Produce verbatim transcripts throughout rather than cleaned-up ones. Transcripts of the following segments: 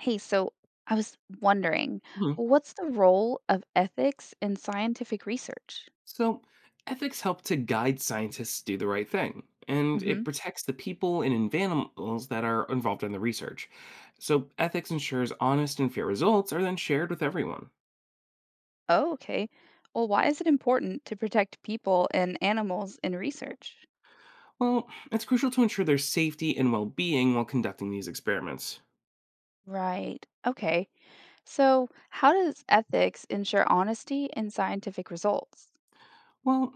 Hey, so I was wondering, Mhm. what's the role of ethics in scientific research? So, ethics help to guide scientists do the right thing, and Hmm. it protects the people and environments that are involved in the research. So, ethics ensures honest and fair results are then shared with everyone. Oh, okay. Well, why is it important to protect people and animals in research? Well, it's crucial to ensure their safety and well being while conducting these experiments. Right. Okay. So, how does ethics ensure honesty in scientific results? Well,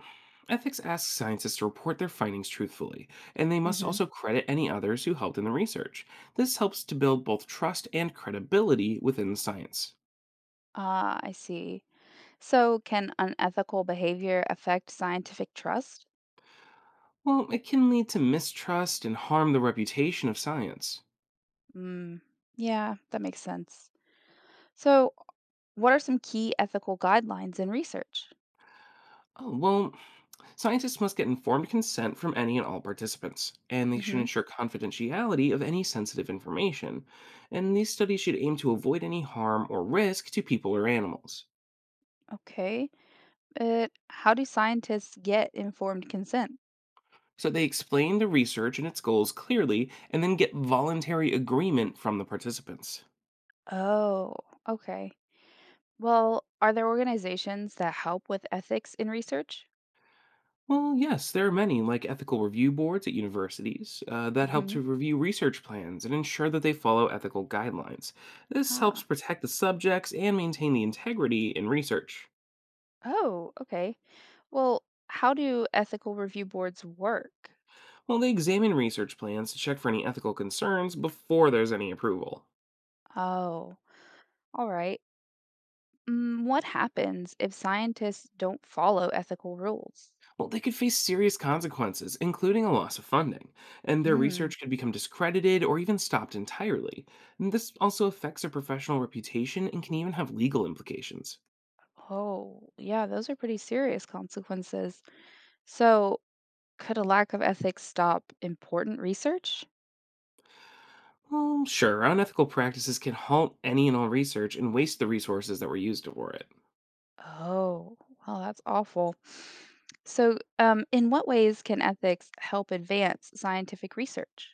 ethics asks scientists to report their findings truthfully, and they must Hmm. also credit any others who helped in the research. This helps to build both trust and credibility within the science. Ah, I see. So, can unethical behavior affect scientific trust? Well, it can lead to mistrust and harm the reputation of science. Mm, yeah, that makes sense. So, What are some key ethical guidelines in research? Oh, well, scientists must get informed consent from any and all participants, and they should Hmm. ensure confidentiality of any sensitive information. And these studies should aim to avoid any harm or risk to people or animals. Okay. Uh, how do scientists get informed consent? So they explain the research and its goals clearly, and then get voluntary agreement from the participants. Oh, okay. Well, are there organizations that help with ethics in research? Well, yes, there are many, like ethical review boards at universities, uh, that help Hmm. to review research plans and ensure that they follow ethical guidelines. This helps Ah. protect the subjects and maintain the integrity in research. Oh, okay. Well, how do ethical review boards work? Well, they examine research plans to check for any ethical concerns before there's any approval. Oh, all right. Mm, what happens if scientists don't follow ethical rules? Well, they could face serious consequences, including a loss of funding, and their Mm. research could become discredited or even stopped entirely. And this also affects their professional reputation and can even have legal implications. Oh, yeah, those are pretty serious consequences. So, could a lack of ethics stop important research? Well, sure, unethical practices can halt any and all research and waste the resources that were used for it. Oh, well, that's awful. So, um, in what ways can ethics help advance scientific research?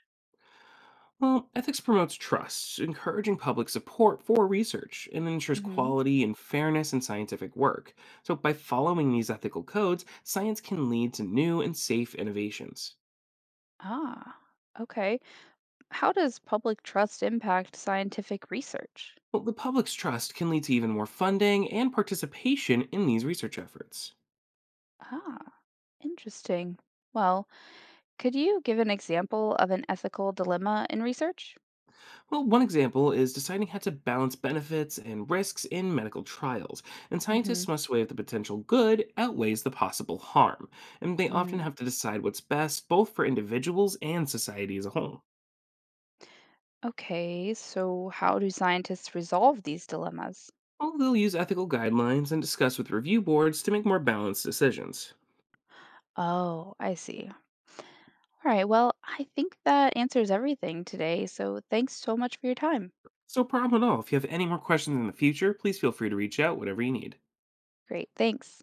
Well, ethics promotes trust, encouraging public support for research, and ensures Hmm. quality and fairness in scientific work. So, by following these ethical codes, science can lead to new and safe innovations. Ah, okay. How does public trust impact scientific research? Well, the public's trust can lead to even more funding and participation in these research efforts. Ah, interesting. Well, could you give an example of an ethical dilemma in research? Well, one example is deciding how to balance benefits and risks in medical trials, and Hmm. scientists must weigh if the potential good outweighs the possible harm, and they often Mm. have to decide what's best both for individuals and society as a whole. Okay, so how do scientists resolve these dilemmas? Well, they'll use ethical guidelines and discuss with review boards to make more balanced decisions. Oh, I see. All right. Well, I think that answers everything today. So thanks so much for your time. So, problem at all. If you have any more questions in the future, please feel free to reach out whenever you need. Great. Thanks.